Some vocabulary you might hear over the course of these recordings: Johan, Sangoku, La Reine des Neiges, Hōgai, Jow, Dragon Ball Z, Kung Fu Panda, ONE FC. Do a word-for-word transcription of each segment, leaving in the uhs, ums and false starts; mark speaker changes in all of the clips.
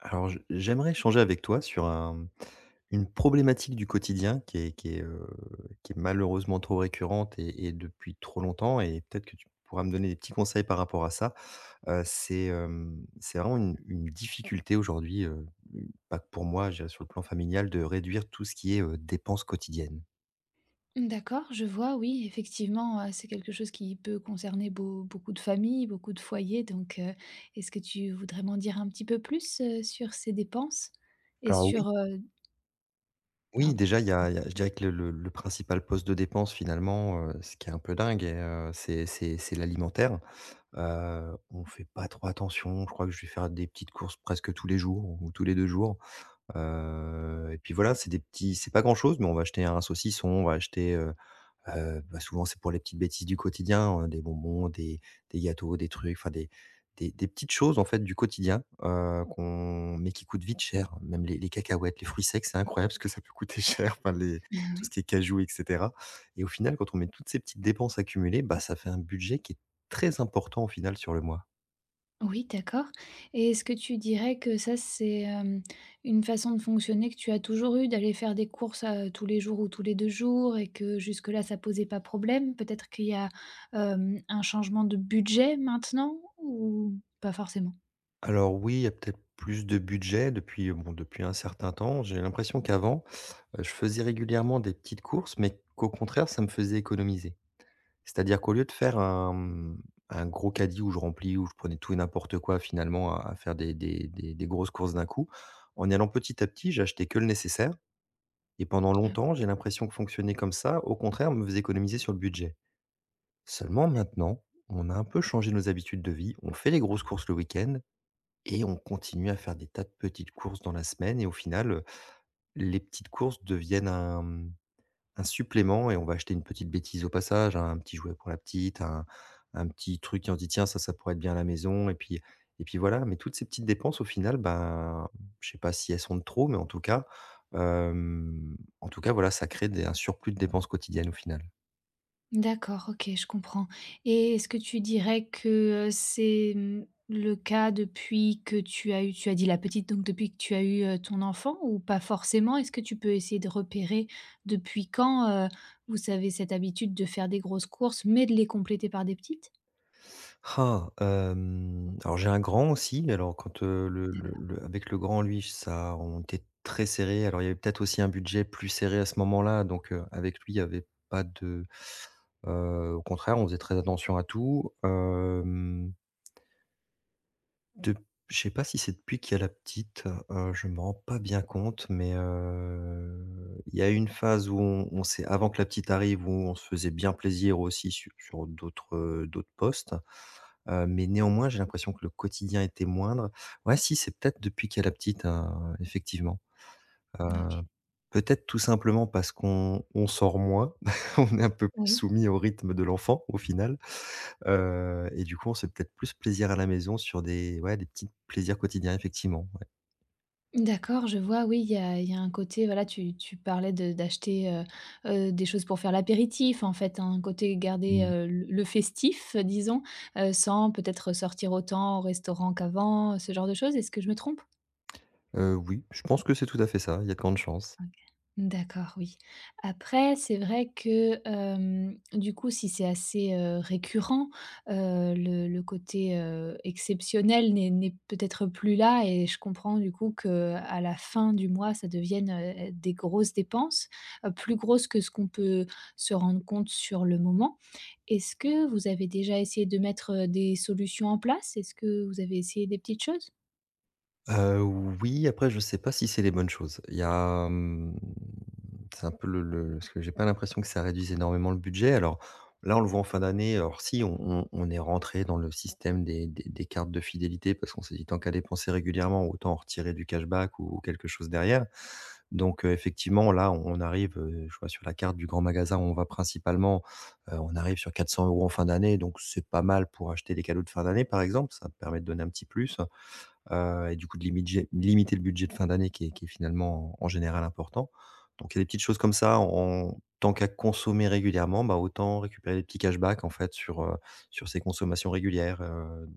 Speaker 1: Alors, je j'aimerais échanger avec toi sur un une problématique du quotidien qui est qui est, heu, qui est malheureusement trop récurrente et et depuis trop longtemps et peut-être que tu pourras me donner des petits conseils par rapport à ça. Heu, c'est, hem, c'est vraiment une une difficulté aujourd'hui, heu, pas que pour moi, je dirais sur le plan familial, de réduire tout ce qui est, heu, dépenses quotidiennes.
Speaker 2: D'accord, je vois, oui, effectivement, heu, c'est quelque chose qui peut concerner beau beaucoup de familles, beaucoup de foyers, donc heu, est-ce que tu voudrais m'en dire un petit peu plus, heu, sur ces dépenses? Et
Speaker 1: Alors oui,
Speaker 2: sur, heu
Speaker 1: oui,
Speaker 2: pardon,
Speaker 1: déjà, il y a il y a je dirais que le le le principal poste de dépense finalement, heu, ce qui est un peu dingue et heu, c'est c'est c'est l'alimentaire. Heu, on fait pas trop attention. Je crois que je vais faire des petites courses presque tous les jours ou tous les deux jours. Heu et puis voilà, c'est des petits c'est pas grand-chose, mais on va acheter un saucisson, on va acheter, heu, Heu, bah, souvent, c'est pour les petites bêtises du quotidien, heu, des bonbons, des des gâteaux, des trucs, enfin des des des petites choses, en fait, du quotidien, heu, qu'on mais qui coûtent vite cher. Même les les cacahuètes, les fruits secs, c'est incroyable parce que ça peut coûter cher, enfin les tout ce
Speaker 2: oui.
Speaker 1: qui est cajou et cetera, et au final, quand on met toutes ces petites dépenses accumulées, bah, ça fait un budget qui est très important, au final, sur le mois.
Speaker 2: Oui, d'accord, et est-ce que tu dirais que ça, c'est, hem, une façon de fonctionner que tu as toujours eue, d'aller faire des courses, heu, tous les jours ou tous les deux jours, et que jusque-là, ça posait pas problème? Peut-être qu'il y a, hem, un changement de budget maintenant, ou pas forcément?
Speaker 1: Alors oui, il y a peut-être plus de budget depuis, bon, depuis un certain temps. J'ai l'impression qu'avant, heu, je faisais régulièrement des petites courses, mais qu'au contraire, ça me faisait économiser. C'est-à-dire qu'au lieu de faire un, mmh, un gros caddie où je remplis, où je prenais tout et n'importe quoi finalement à à faire des des des des grosses courses d'un coup, en y allant petit à petit, j'achetais que le nécessaire et pendant longtemps, j'ai l'impression que fonctionner comme ça, au contraire, me faisait économiser sur le budget. Seulement maintenant, on a un peu changé nos habitudes de vie, on fait les grosses courses le week-end et on continue à faire des tas de petites courses dans la semaine et au final, heu, les petites courses deviennent un un supplément et on va acheter une petite bêtise au passage, hein, un petit jouet pour la petite, un un petit truc qui on se dit: «Tiens, ça, ça pourrait être bien à la maison» et puis et puis voilà. Mais toutes ces petites dépenses au final, ben, je sais pas si elles sont de trop, mais en tout cas, hem, en tout cas, voilà, ça crée des un surplus de dépenses quotidiennes au final.
Speaker 2: D'accord, OK, je comprends. Et est-ce que tu dirais que, heu, c'est, mmh, le cas depuis que tu as eu tu as dit la petite, donc depuis que tu as eu, heu, ton enfant, ou pas forcément? Est-ce que tu peux essayer de repérer depuis quand, heu, vous avez cette habitude de faire des grosses courses, mais de les compléter par des petites?
Speaker 1: Ah, hem, alors j'ai un grand aussi, alors quand, heu, le le le avec le grand lui, ça on était très serré. Alors il y avait peut-être aussi un budget plus serré à ce moment-là, donc, heu, avec lui, il y avait pas de heu, au contraire, on faisait très attention à tout. Hem, dep Je sais pas si c'est depuis qu'il y a la petite, heu, je me rends pas bien compte, mais, heu, il y a eu une phase où on on s'est avant que la petite arrive, où on se faisait bien plaisir aussi su sur d'autres, d'autres postes. Heu, mais néanmoins, j'ai l'impression que le quotidien était moindre. Ouais, si, c'est peut-être depuis qu'elle a petite, heu, effectivement.
Speaker 2: D'accord,
Speaker 1: Heu,
Speaker 2: OK.
Speaker 1: peut-être tout simplement parce qu'on on sort moins, on est un peu plus
Speaker 2: Oui.
Speaker 1: soumis au rythme de l'enfant, au final. Heu et du coup, on se fait peut-être plus plaisir à la maison sur des ouais, des petits plaisirs quotidiens, effectivement, ouais.
Speaker 2: D'accord, je vois, oui, il y a il y a un côté, voilà, tu tu parlais de d'acheter, heu heu, des choses pour faire l'apéritif, en fait, un côté garder,
Speaker 1: Mmh.
Speaker 2: heu, le le festif, disons, heu, sans peut-être sortir autant au restaurant qu'avant, ce genre de choses. Est-ce que je me trompe?
Speaker 1: Heu, oui, je pense que c'est tout à fait ça, il y a de grandes chances.
Speaker 2: OK. D'accord, oui. Après, c'est vrai que, hem, du coup, si c'est assez, heu, récurrent, heu, le le côté, heu, exceptionnel n'est n'est peut-être plus là, et je comprends du coup que à la fin du mois, ça devienne, heu des grosses dépenses, heu, plus grosses que ce qu'on peut se rendre compte sur le moment. Est-ce que vous avez déjà essayé de mettre, heu, des solutions en place? Est-ce que vous avez essayé des petites choses?
Speaker 1: Heu, oui, après je sais pas si c'est les bonnes choses. Il y a, hem, c'est un peu le le parce que j'ai pas l'impression que ça réduise énormément le budget. Alors là, on le voit en fin d'année, alors si on on on est rentré dans le système des des des cartes de fidélité parce qu'on s'est dit: «Tant qu'à dépenser régulièrement, autant en retirer du cashback ou ou quelque chose derrière». Donc heu, effectivement, là, on arrive, heu, je vois sur la carte du grand magasin où on va principalement, heu, on arrive sur quatre cents euros en fin d'année, donc c'est pas mal pour acheter des cadeaux de fin d'année, par exemple. Ça me permet de donner un petit plus heu et du coup de limidger limiter le budget de fin d'année qui est qui est finalement en en général important. Donc il y a des petites choses comme ça, en tant qu'à consommer régulièrement, bah, autant récupérer des petits cashbacks en fait sur, heu, sur ces consommations régulières, heu,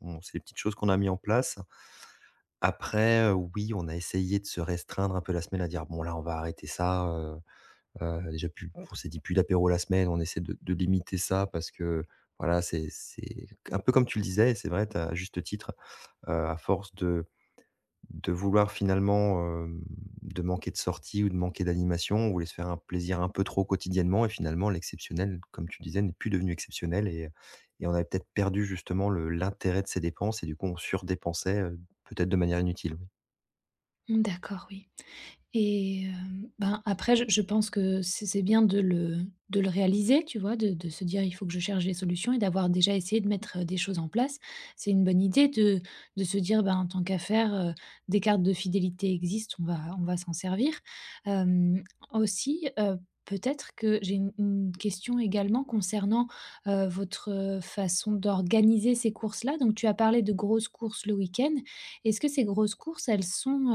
Speaker 1: on c'est des petites choses qu'on a mis en place. Après, heu, oui, on a essayé de se restreindre un peu la semaine à dire: «Bon là, on va arrêter ça, heu heu, déjà plus». On s'est dit: «Plus d'apéro la semaine», on essaie de de limiter ça parce que voilà, c'est c'est un peu comme tu le disais, c'est vrai, tu as à juste titre, heu, à force de de vouloir finalement, hem, de manquer de sortie ou de manquer d'animation, on voulait se faire un plaisir un peu trop quotidiennement et finalement l'exceptionnel, comme tu disais, n'est plus devenu exceptionnel et et on avait peut-être perdu justement le l'intérêt de ces dépenses et du coup on surdépensait, heu, peut-être de manière inutile, oui.
Speaker 2: Mmh, d'accord, oui. Et hem, ben, après, je je pense que c'est c'est bien de le de le réaliser, tu vois? De de se dire: «Il faut que je cherche des solutions», et d'avoir déjà essayé de mettre, heu, des choses en place. C'est une bonne idée de de se dire: «Ben, tant qu'à faire, heu, des cartes de fidélité existent, on va on va s'en servir». Hem, aussi, heu, peut-être que j'ai une une question également concernant, heu, votre, heu, façon d'organiser ces courses-là. Donc tu as parlé de grosses courses le week-end. Est-ce que ces grosses courses, elles sont,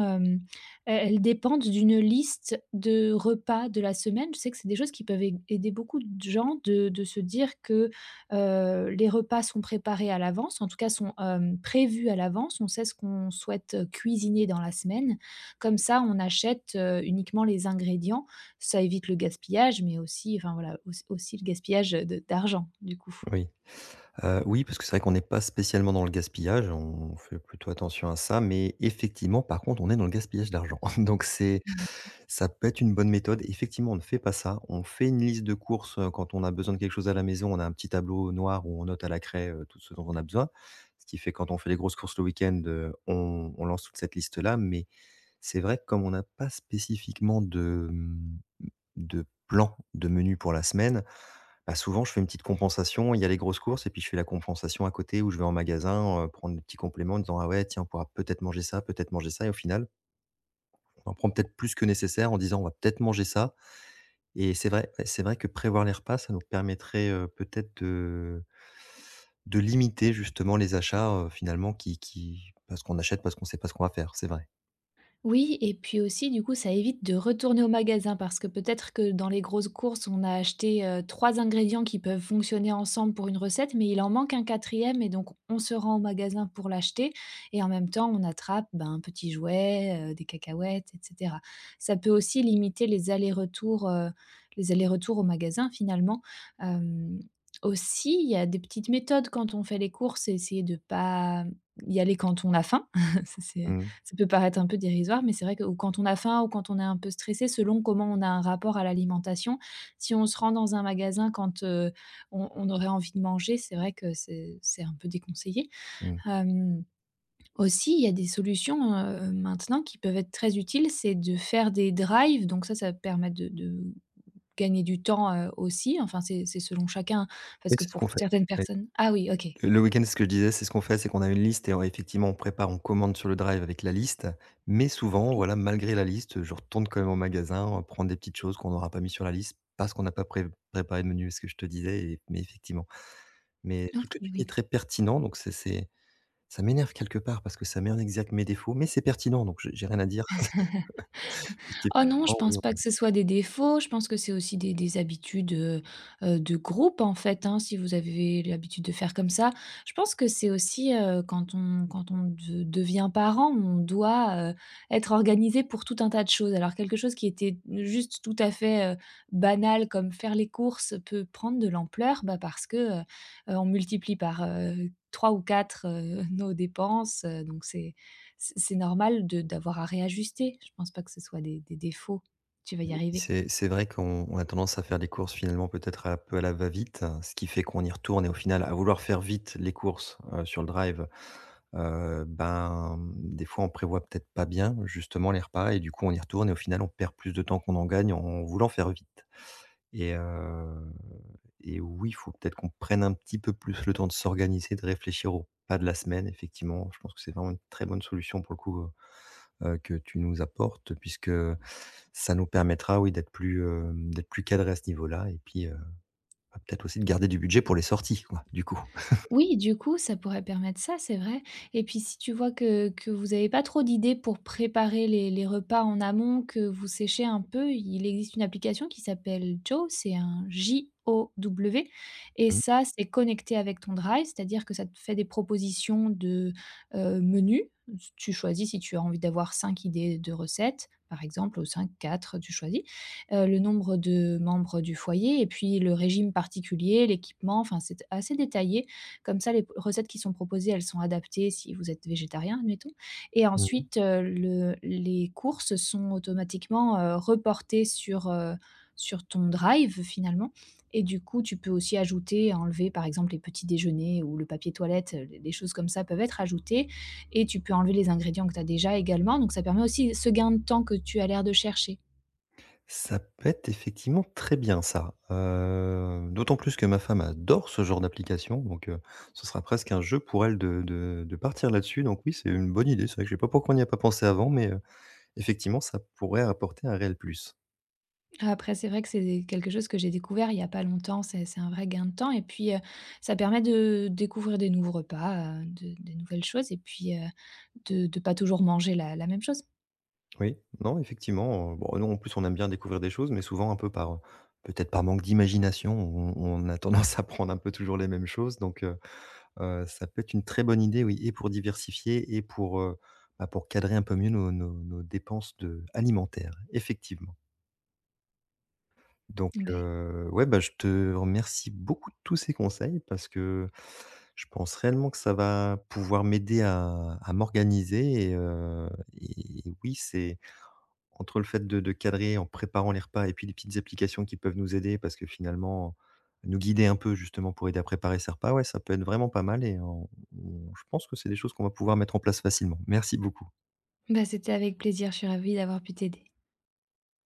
Speaker 2: Heu, elles dépendent d'une liste de repas de la semaine. Je sais que c'est des choses qui peuvent ai aider beaucoup de gens de de se dire que, heu, les repas sont préparés à l'avance, en tout cas sont, hem, prévus à l'avance. On sait ce qu'on souhaite, heu, cuisiner dans la semaine. Comme ça, on achète, heu, uniquement les ingrédients. Ça évite le gaspillage, mais aussi, enfin voilà, auss aussi le gaspillage de d'argent, du coup.
Speaker 1: Oui. Heu, oui, parce que c'est vrai qu'on n'est pas spécialement dans le gaspillage, on fait plutôt attention à ça, mais effectivement, par contre, on est dans le gaspillage d'argent. Donc c'est, ça peut être une bonne méthode. Effectivement, on ne fait pas ça. On fait une liste de courses, heu, quand on a besoin de quelque chose à la maison, on a un petit tableau noir où on note à la craie, heu, tout ce dont on a besoin. Ce qui fait quand on fait les grosses courses le week-end, heu, on on lance toute cette liste-là, mais c'est vrai que comme on n'a pas spécifiquement de, mmh, de plan de menu pour la semaine, bah, souvent, je fais une petite compensation. Il y a les grosses courses et puis je fais la compensation à côté où je vais en magasin, heu, prendre des petits compléments en disant: «Ah ouais, tiens, on pourra peut-être manger ça, peut-être manger ça» et au final, on en prend peut-être plus que nécessaire en disant: «On va peut-être manger ça», et c'est vrai, ouais, c'est vrai que prévoir les repas, ça nous permettrait, heu, peut-être de de limiter justement les achats, heu, finalement qui qui parce qu'on achète parce qu'on sait pas ce qu'on va faire, c'est vrai.
Speaker 2: Oui, et puis aussi du coup, ça évite de retourner au magasin, parce que peut-être que dans les grosses courses, on a acheté, heu, trois ingrédients qui peuvent fonctionner ensemble pour une recette, mais il en manque un quatrième, et donc on se rend au magasin pour l'acheter, et en même temps, on attrape, ben, un petit jouet, heu, des cacahuètes, et cetera. Ça peut aussi limiter les allers-retours, heu, les allers-retours au magasin, finalement. Hem, aussi, il y a des petites méthodes quand on fait les courses: essayer de pas y aller quand on a faim. Ça c'est
Speaker 1: Mmh,
Speaker 2: ça peut paraître un peu dérisoire, mais c'est vrai que ou quand on a faim, ou quand on est un peu stressé, selon comment on a un rapport à l'alimentation, si on se rend dans un magasin quand, heu, on on aurait envie de manger, c'est vrai que c'est c'est un peu déconseillé.
Speaker 1: mmh.
Speaker 2: Hem, aussi, il y a des solutions, heu, maintenant, qui peuvent être très utiles: c'est de faire des drives. Donc ça, ça permet de de gagner du temps, heu, aussi, enfin c'est c'est selon chacun, parce
Speaker 1: Oui,
Speaker 2: que
Speaker 1: c'est ce
Speaker 2: pour
Speaker 1: qu'on fait.
Speaker 2: certaines personnes, ah oui, OK.
Speaker 1: Le week-end, ce que je disais, c'est ce qu'on fait, c'est qu'on a une liste et on effectivement, on prépare, on commande sur le drive avec la liste. Mais souvent,
Speaker 2: OK,
Speaker 1: voilà, malgré la liste, je retourne quand même au magasin, euh, prendre des petites choses qu'on n'aura pas mis sur la liste parce qu'on n'a pas pré préparé de menu, ce que je te disais, et mais effectivement. Mais tout ce
Speaker 2: ok,
Speaker 1: que tu dis est
Speaker 2: oui.
Speaker 1: très pertinent, donc c'est c'est ça m'énerve quelque part parce que ça met en exergue mes défauts, mais c'est pertinent, donc j'ai j'ai rien à dire. Effectivement,
Speaker 2: Oh non, je pense
Speaker 1: oui.
Speaker 2: pas que ce soit des défauts, je pense que c'est aussi des des habitudes, heu heu, de groupe, en fait, hein, si vous avez l'habitude de faire comme ça. Je pense que c'est aussi, heu, quand on quand on de devient parent, on doit, heu, être organisé pour tout un tas de choses. Alors quelque chose qui était juste tout à fait, heu, banal, comme faire les courses, peut prendre de l'ampleur, bah, parce que, heu heu, on multiplie par, heu, trois ou quatre, heu, nos dépenses, heu, donc c'est c'est c'est normal de d'avoir à réajuster. Je pense pas que ce soit des des défauts. Tu vas y
Speaker 1: Oui, puis
Speaker 2: arriver.
Speaker 1: c'est c'est vrai qu'on on a tendance à faire les courses finalement peut-être un peu à la va-vite, hein, ce qui fait qu'on y retourne et au final à vouloir faire vite les courses, heu, sur le drive, heu, ben, des fois on prévoit peut-être pas bien justement les repas et du coup on y retourne et au final on perd plus de temps qu'on en gagne en voulant faire vite et heu et oui, il faut peut-être qu'on prenne un petit peu plus le temps de s'organiser, de réfléchir au pas de la semaine, effectivement. Je pense que c'est vraiment une très bonne solution pour le coup, euh, heu, que tu nous apportes, puisque ça nous permettra, oui, d'être plus, heu, d'être plus cadré à ce niveau-là et puis, heu, bah, peut-être aussi de garder du budget pour les sorties, quoi, du coup.
Speaker 2: Oui, du coup, ça pourrait permettre ça, c'est vrai. Et puis, si tu vois que que vous avez pas trop d'idées pour préparer les les repas en amont, que vous séchez un peu, il existe une application qui s'appelle Jow, c'est un J O W, et
Speaker 1: Mmh.
Speaker 2: ça, c'est connecté avec ton Drive, c'est-à-dire que ça te fait des propositions de, heu, menus. tu choisis si tu as envie d'avoir cinq idées de recettes, par exemple, ou cinq, quatre, tu choisis, heu, le nombre de membres du foyer, et puis le régime particulier, l'équipement, enfin, c'est assez détaillé. Comme ça, les p recettes qui sont proposées, elles sont adaptées si vous êtes végétarien, admettons, et
Speaker 1: Mmh.
Speaker 2: ensuite, heu, le les courses sont automatiquement, heu, reportées sur, heu, sur ton drive, finalement. Et du coup, tu peux aussi ajouter, enlever par exemple les petits déjeuners, ou le papier toilette, heu, les choses comme ça peuvent être ajoutées, et tu peux enlever les ingrédients que tu as déjà également, donc ça permet aussi ce gain de temps que tu as l'air de chercher.
Speaker 1: Ça peut être effectivement très bien ça, heu, d'autant plus que ma femme adore ce genre d'application, donc heu, ce sera presque un jeu pour elle de de de partir là-dessus, donc oui, c'est une bonne idée. C'est vrai que je ne sais pas pourquoi on n'y a pas pensé avant, mais heu, effectivement, ça pourrait apporter un réel plus.
Speaker 2: Après, c'est vrai que c'est quelque chose que j'ai découvert il n'y a pas longtemps. C'est c'est un vrai gain de temps, et puis, heu, ça permet de découvrir des nouveaux repas, heu, de des nouvelles choses, et puis, heu, de de pas toujours manger la la même chose.
Speaker 1: Oui, non, effectivement, heu, bon, nous, en plus, on aime bien découvrir des choses, mais souvent un peu par, peut-être par manque d'imagination, on on a tendance à prendre un peu toujours les mêmes choses, donc heu heu, ça peut être une très bonne idée, oui, et pour diversifier et pour, heu, bah, pour cadrer un peu mieux nos nos nos dépenses de alimentaires, effectivement. Donc
Speaker 2: Ben,
Speaker 1: heu, ouais, bah, je te remercie beaucoup de tous ces conseils parce que je pense réellement que ça va pouvoir m'aider à à m'organiser et heu et oui, c'est entre le fait de de cadrer en préparant les repas et puis les petites applications qui peuvent nous aider parce que finalement, nous guider un peu justement pour aider à préparer ces repas, ouais, ça peut être vraiment pas mal et on on je pense que c'est des choses qu'on va pouvoir mettre en place facilement. Merci beaucoup.
Speaker 2: bah, c'était avec plaisir, je suis ravie d'avoir pu t'aider.